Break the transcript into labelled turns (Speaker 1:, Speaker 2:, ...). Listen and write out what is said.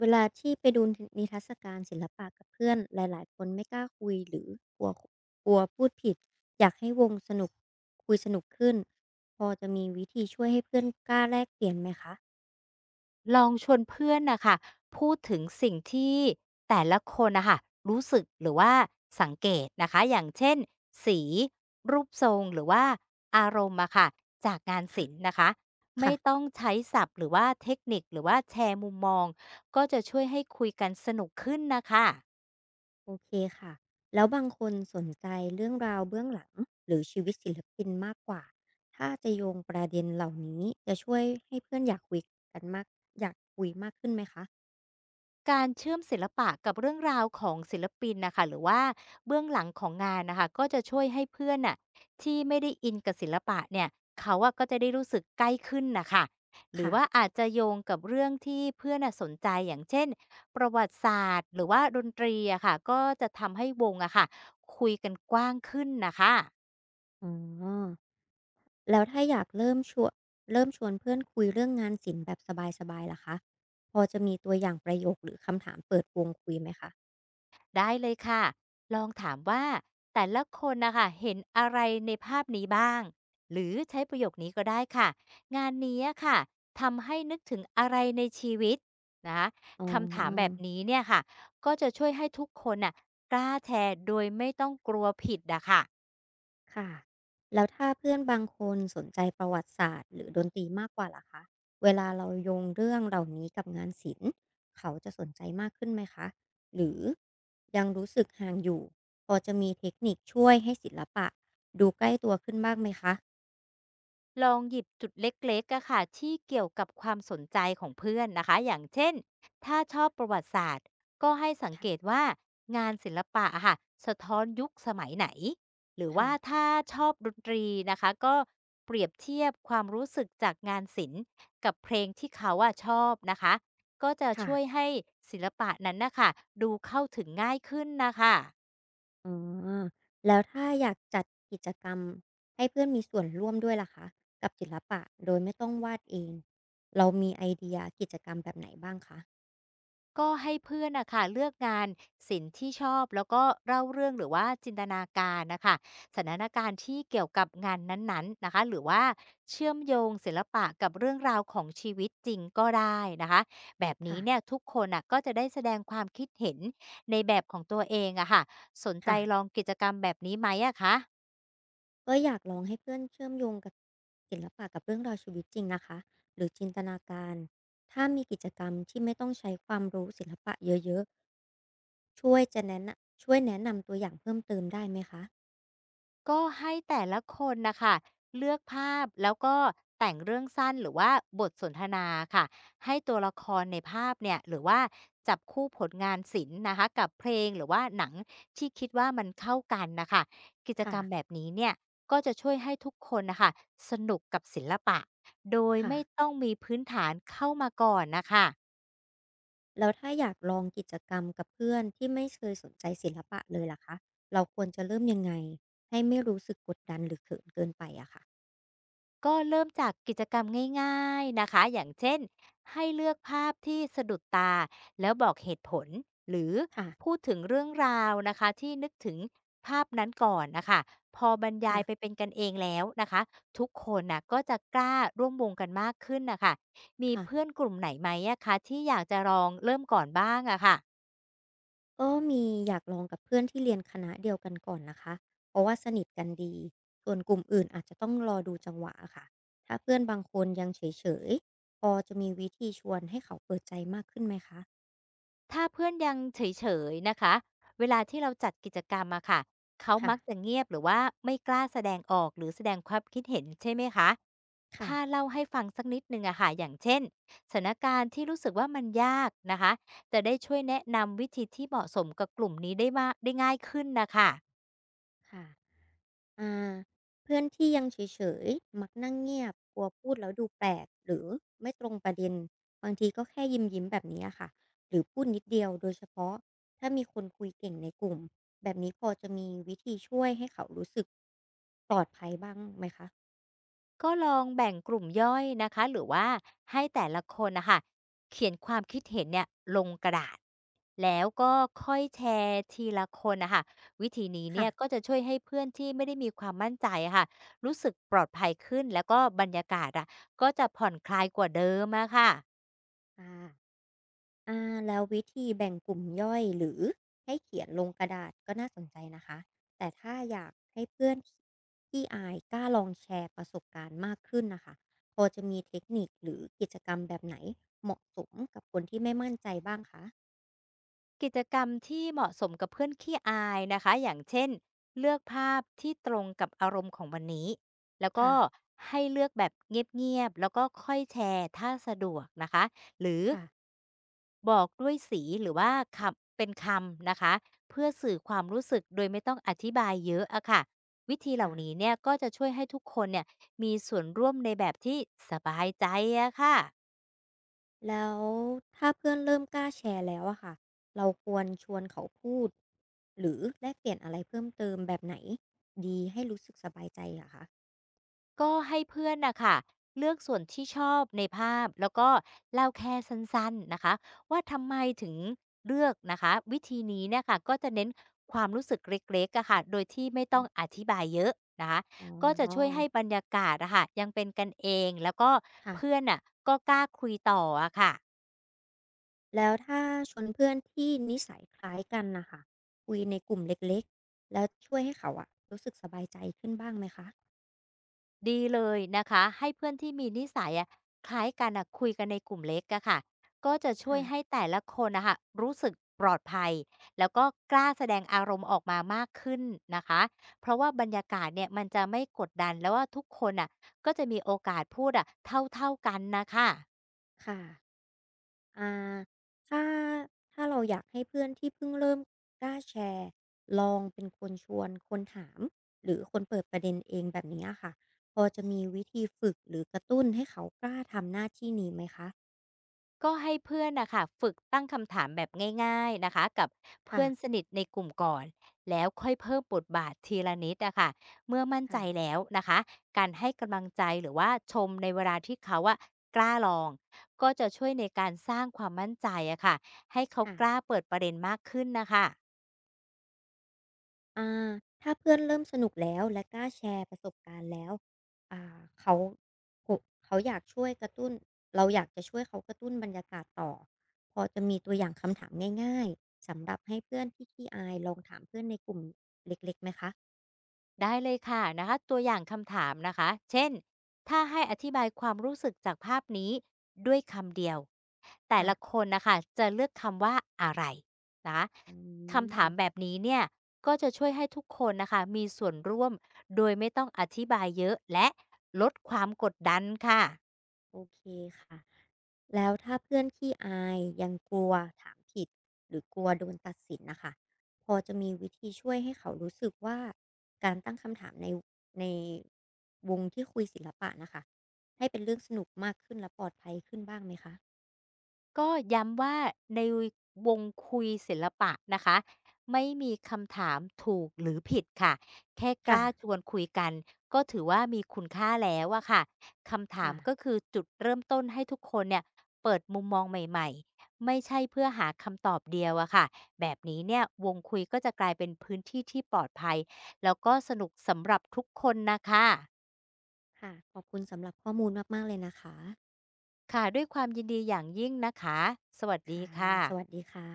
Speaker 1: เวลาที่ไปดูนิทรรศการศิลปะกับเพื่อนหลายๆคนไม่กล้าคุยหรือกลัวกลัวพูดผิดอยากให้วงสนุกคุยสนุกขึ้นพอจะมีวิธีช่วยให้เพื่อนกล้าแลกเปลี่ยนไหมคะ
Speaker 2: ลองชวนเพื่อนนะคะพูดถึงสิ่งที่แต่ละคนนะคะรู้สึกหรือว่าสังเกตนะคะอย่างเช่นสีรูปทรงหรือว่าอารมณ์อะค่ะจากงาน
Speaker 1: ค่ะ
Speaker 2: ศิลป์นะคะไม่
Speaker 1: ค่ะ
Speaker 2: ต้องใช้ศัพท์หรือว่าเทคนิคหรือว่าแชร์มุมมองก็จะช่วยให้คุยกันสนุกขึ้นนะคะ
Speaker 1: โอเคค่ะแล้วบางคนสนใจเรื่องราวเบื้องหลังหรือชีวิตศิลปินมากกว่าถ้าจะโยงประเด็นเหล่านี้จะช่วยให้เพื่อนอยากคุยกันมากอยากคุยมากขึ้นไหมคะ
Speaker 2: การเชื่อมศิลปะกับเรื่องราวของศิลปินนะคะหรือว่าเบื้องหลังของงานนะคะก็จะช่วยให้เพื่อนน่ะที่ไม่ได้อินกับศิลปะเนี่ยเขาอะก็จะได้รู้สึกใกล้ขึ้นนะคะหรือว่า
Speaker 1: ค่ะ
Speaker 2: อาจจะโยงกับเรื่องที่เพื่อนน่ะสนใจอย่างเช่นประวัติศาสตร์หรือว่าดนตรีอะค่ะก็จะทำให้วงอะค่ะคุยกันกว้างขึ้นนะคะ
Speaker 1: อ๋อ แล้วถ้าอยากเริ่มชวนเพื่อนคุยเรื่องงานศิลป์แบบสบายๆล่ะคะพอจะมีตัวอย่างประโยคหรือคำถามเปิดวงคุยไหมคะ
Speaker 2: ได้เลยค่ะ ลองถามว่าแต่ละคนนะคะเห็นอะไรในภาพนี้บ้าง หรือใช้ประโยคนี้ก็ได้ค่ะงานนี้อะค่ะทำให้นึกถึงอะไรในชีวิตนะคะ
Speaker 1: อ๋
Speaker 2: คำถามแบบ
Speaker 1: อ
Speaker 2: นี้เนี่ยค่ะก็จะช่วยให้ทุกคนน่ะกล้าแชร์โดยไม่ต้องกลัวผิดอะค่ะ
Speaker 1: ค่ะแล้วถ้าเพื่อนบางคนสนใจประวัติศาสตร์หรือดนตรีมากกว่าล่ะคะเวลาเราโยงเรื่องเหล่านี้กับงานศิลป์เขาจะสนใจมากขึ้นไหมคะหรือยังรู้สึกห่างอยู่พอจะมีเทคนิคช่วยให้ศิลปะดูใกล้ตัวขึ้นบ้างไหมคะ
Speaker 2: ลองหยิบจุดเล็กๆอะค่ะที่เกี่ยวกับความสนใจของเพื่อนนะคะอย่างเช่นถ้าชอบประวัติศาสตร์ก็ให้สัง
Speaker 1: ค่ะ
Speaker 2: เกตว่างานศิลปะอะค่ะสะท้อนยุคสมัยไหนหรือ
Speaker 1: ค่ะ
Speaker 2: ว่าถ้าชอบดนตรีนะคะก็เปรียบเทียบความรู้สึกจากงานศิลป์กับเพลงที่เขาอะชอบนะคะก็จะ
Speaker 1: ค่ะ
Speaker 2: ช่วยให้ศิลปะนั้นนะคะดูเข้าถึงง่ายขึ้นนะคะ
Speaker 1: อ๋อแล้วถ้าอยากจัดกิจกรรมให้เพื่อนมีส่วนร่วมด้วยล่ะคะกับศิลปะโดยไม่ต้องวาดเองเรามีไอเดียกิจกรรมแบบไหนบ้างคะ
Speaker 2: ก็ให้เพื่อนนะค่ะเลือกงานศิลป์ที่ชอบแล้วก็เล่าเรื่องหรือว่าจินตนาการนะคะสถานการณ์ที่เกี่ยวกับงานนั้นๆนะคะหรือว่าเชื่อมโยงศิลปะกับเรื่องราวของชีวิตจริงก็ได้นะคะแบบ
Speaker 1: ค่ะ
Speaker 2: นี้เนี่ยทุกคนอ่ะก็จะได้แสดงความคิดเห็นในแบบของตัวเองอะค่ะสนใจ
Speaker 1: ค่ะ
Speaker 2: ลองกิจกรรมแบบนี้ไหมอะคะ
Speaker 1: ก็อยากลองให้เพื่อนเชื่อมโยงกับศิลปะกับเรื่องราวชีวิตจริงนะคะหรือจินตนาการถ้ามีกิจกรรมที่ไม่ต้องใช้ความรู้ศิลปะเยอะๆช่วยจะแนะนะช่วยแนะนำตัวอย่างเพิ่มเติมได้ไหมคะ
Speaker 2: ก็ให้แต่ละคนนะคะเลือกภาพแล้วก็แต่งเรื่องสั้นหรือว่าบทสนทนาค่ะให้ตัวละครในภาพเนี่ยหรือว่าจับคู่ผลงานศิลป์นะคะกับเพลงหรือว่าหนังที่คิดว่ามันเข้ากันนะคะกิจ
Speaker 1: ค่ะ
Speaker 2: กรรมแบบนี้เนี่ยก็จะช่วยให้ทุกคนนะคะสนุกกับศิลปะโดยไม่
Speaker 1: ค่ะ
Speaker 2: ต้องมีพื้นฐานเข้ามาก่อนนะคะ
Speaker 1: แล้วถ้าอยากลองกิจกรรมกับเพื่อนที่ไม่เคยสนใจศิลปะเลยล่ะคะเราควรจะเริ่มยังไงให้ไม่รู้สึกกดดันหรือเขินเกินไปอะค่ะ
Speaker 2: ก็เริ่มจากกิจกรรมง่ายๆนะคะอย่างเช่นให้เลือกภาพที่สะดุดตาแล้วบอกเหตุผลหรือ
Speaker 1: ค่ะ
Speaker 2: พูดถึงเรื่องราวนะคะที่นึกถึงภาพนั้นก่อนนะคะพอบรรยายไป
Speaker 1: ค่ะ
Speaker 2: เป็นกันเองแล้วนะคะทุกคนนะก็จะกล้าร่วมวงกันมากขึ้นนะคะมี
Speaker 1: ค่ะ
Speaker 2: เพื่อนกลุ่มไหนไหมอะคะที่อยากจะลองเริ่มก่อนบ้างอะค่ะ
Speaker 1: ก็มีอยากลองกับเพื่อนที่เรียนคณะเดียวกันก่อนนะคะเพราะว่าสนิทกันดีส่วนกลุ่มอื่นอาจจะต้องรอดูจังหวะอะค่ะถ้าเพื่อนบางคนยังเฉยๆพอจะมีวิธีชวนให้เขาเปิดใจมากขึ้นไหมคะ
Speaker 2: ถ้าเพื่อนยังเฉยๆนะคะ เวลาที่เราจัดกิจกรรมอะค่ะ เขามักจะ
Speaker 1: ค่ะ
Speaker 2: เงียบหรือว่าไม่กล้าแสดงออกหรือแสดงความคิดเห็นใช่ไหมคะ
Speaker 1: ค่ะ
Speaker 2: ถ้าเล่าให้ฟังสักนิดหนึ่งอะค่ะอย่างเช่นสถานการณ์ที่รู้สึกว่ามันยากนะคะ จะได้ช่วยแนะนำวิธีที่เหมาะสมกับกลุ่มนี้ได้มากได้ง่ายขึ้นน่ะค่ะ
Speaker 1: ค่ะ อ่าเพื่อนที่ยังเฉยๆ มักนั่งเงียบ กลัวพูดแล้วดูแปลกหรือไม่ตรงประเด็น บางทีก็แค่ยิ้มๆแบบนี้ค่ะ หรือพูดนิดเดียวโดยเฉพาะถ้ามีคนคุยเก่งในกลุ่ม แบบนี้พอจะมีวิธีช่วยให้เขารู้สึกปลอดภัยบ้างไหมคะ
Speaker 2: ก็ลองแบ่งกลุ่มย่อยนะคะหรือว่าให้แต่ละคนนะคะเขียนความคิดเห็นเนี่ยลงกระดาษแล้วก็ค่อยแชร์ทีละคนนะคะวิธีนี้เนี่ยก็
Speaker 1: ค่ะ
Speaker 2: จะช่วยให้เพื่อนที่ไม่ได้มีความมั่นใจอะค่ะรู้สึกปลอดภัยขึ้นแล้วก็บรรยากาศอะก็จะผ่อนคลายกว่าเดิมอะค่ะ
Speaker 1: ค่ะ อ่าแล้ววิธีแบ่งกลุ่มย่อยหรือให้เขียนลงกระดาษก็น่าสนใจนะคะแต่ถ้าอยากให้เพื่อนที่อายกล้าลองแชร์ประสบการณ์มากขึ้นนะคะพอจะมีเทคนิคหรือกิจกรรมแบบไหนเหมาะสมกับคนที่ไม่มั่นใจบ้างคะ
Speaker 2: กิจกรรมที่เหมาะสมกับเพื่อนขี้อายนะคะอย่างเช่นเลือกภาพที่ตรงกับอารมณ์ของวันนี้แล้วก็
Speaker 1: ค่ะ
Speaker 2: ให้เลือกแบบเงียบๆแล้วก็ค่อยแชร์ถ้าสะดวกนะคะหรือ
Speaker 1: ค่ะ
Speaker 2: บอกด้วยสีหรือว่าคำเป็นคำนะคะเพื่อสื่อความรู้สึกโดยไม่ต้องอธิบายเยอะอะค่ะวิธีเหล่า
Speaker 1: ค่ะ
Speaker 2: นี้เนี่ยก็จะช่วยให้ทุกคนเนี่ยมีส่วนร่วมในแบบที่สบายใจอะค่ะ
Speaker 1: แล้วถ้าเพื่อนเริ่มกล้าแชร์แล้วอะค่ะเราควรชวนเขาพูดหรือแลกเปลี่ยนอะไรเพิ่มเติมแบบไหนดีให้รู้สึกสบายใจอะคะ
Speaker 2: ก็ให้เพื่อนนะคะเลือกส่วนที่ชอบในภาพแล้วก็เล่าแค่สั้นๆนะคะว่าทำไมถึงเลือกนะคะวิธีนี้เนี่ยค่ะก็จะเน้นความรู้สึกเล็กๆอะค่ะโดยที่ไม่ต้องอธิบายเยอะนะคะ
Speaker 1: อ๋
Speaker 2: ก็จะช่วย
Speaker 1: อ
Speaker 2: ให้บรรยากาศอะค่ะยังเป็นกันเองแล้วก็
Speaker 1: ค่ะ
Speaker 2: เพื่อนอ่ะก็กล้าคุยต่ออะค่ะ
Speaker 1: แล้วถ้าชวนเพื่อนที่นิสัยคล้ายกันนะคะคุยในกลุ่มเล็กๆแล้วช่วยให้เขาอะรู้สึกสบายใจขึ้นบ้างไหมคะ
Speaker 2: ดีเลยนะคะให้เพื่อนที่มีนิสัยอะคล้ายกันอะคุยกันในกลุ่มเล็กอะค่ะก็จะช่ว
Speaker 1: ค่ะ
Speaker 2: ยให้แต่ละคนนะคะรู้สึกปลอดภัยแล้วก็กล้าแสดงอารมณ์ออกมามากขึ้นนะคะเพราะว่าบรรยากาศเนี่ยมันจะไม่กดดันแล้วว่าทุกคนอะก็จะมีโอกาสพูดอะเท่าๆกันนะคะ
Speaker 1: ค่ะอ่าถ้าถ้าเราอยากให้เพื่อนที่เพิ่งเริ่มกล้าแชร์ลองเป็นคนชวนคนถามหรือคนเปิดประเด็นเองแบบนี้อะค่ะพอจะมีวิธีฝึกหรือกระตุ้นให้เขากล้าทำหน้าที่นี้ไหมคะ
Speaker 2: ก็ให้เพื่อนนะคะฝึกตั้งคำถามแบบง่ายๆนะคะกับ
Speaker 1: ค่ะ
Speaker 2: เพื่อนสนิทในกลุ่มก่อนแล้วค่อยเพิ่มบทบาททีละนิดนะคะเมื่อมั่นใจ
Speaker 1: ค่ะ
Speaker 2: แล้วนะคะการให้กำลังใจหรือว่าชมในเวลาที่เขาอะกล้าลองก็จะช่วยในการสร้างความมั่นใจอะค่ะให้เขา
Speaker 1: ค่ะ
Speaker 2: กล้าเปิดประเด็นมากขึ้นนะคะ
Speaker 1: อ่าถ้าเพื่อนเริ่มสนุกแล้วและกล้าแชร์ประสบการณ์แล้วอ่าเขาผมเขาอยากช่วยกระตุ้นเราอยากจะช่วยเขากระตุ้นบรรยากาศต่อพอจะมีตัวอย่างคำถามง่ายๆสำหรับให้เพื่อนที่ขี้อายลองถามเพื่อนในกลุ่มเล็กๆไหมคะ
Speaker 2: ได้เลยค่ะนะคะตัวอย่างคำถามนะคะเช่นถ้าให้อธิบายความรู้สึกจากภาพนี้ด้วยคำเดียวแต่
Speaker 1: ค่ะ
Speaker 2: ละคนนะคะจะเลือกคำว่าอะไรนะคะ
Speaker 1: อื
Speaker 2: คำถามแบ
Speaker 1: ม
Speaker 2: บนี้เนี่ยก็จะช่วยให้ทุกคนนะคะมีส่วนร่วมโดยไม่ต้องอธิบายเยอะและลดความกดดันค่ะ
Speaker 1: โอเคค่ะแล้วถ้าเพื่อนขี้อายยังกลัวถามผิดหรือกลัวโดนตัดสินนะคะพอจะมีวิธีช่วยให้เขารู้สึกว่าการตั้งคำถามในวงที่คุยศิลปะนะคะให้เป็นเรื่องสนุกมากขึ้นและปลอดภัยขึ้นบ้างไหมคะ
Speaker 2: ก็ย้ำว่าในวงคุยศิลปะนะคะไม่มีคำถามถูกหรือผิดค่ะแค่ก
Speaker 1: ค่ะ
Speaker 2: ล้าชวนคุยกันก็ถือว่ามีคุณค่าแล้วอะค่ะคำถาม
Speaker 1: ค่ะ
Speaker 2: ก็คือจุดเริ่มต้นให้ทุกคนเนี่ยเปิดมุมมองใหม่ๆไม่ใช่เพื่อหาคำตอบเดียวอะค่ะแบบนี้เนี่ยวงคุยก็จะกลายเป็นพื้นที่ที่ปลอดภัยแล้วก็สนุกสำหรับทุกคนนะคะ
Speaker 1: ค่ะขอบคุณสำหรับข้อมูลมากๆเลยนะคะ
Speaker 2: ค่ะด้วยความยินดีอย่างยิ่งนะคะสวัสดี
Speaker 1: ค่ะ
Speaker 2: ค่ะ
Speaker 1: สวัสดีค่ะ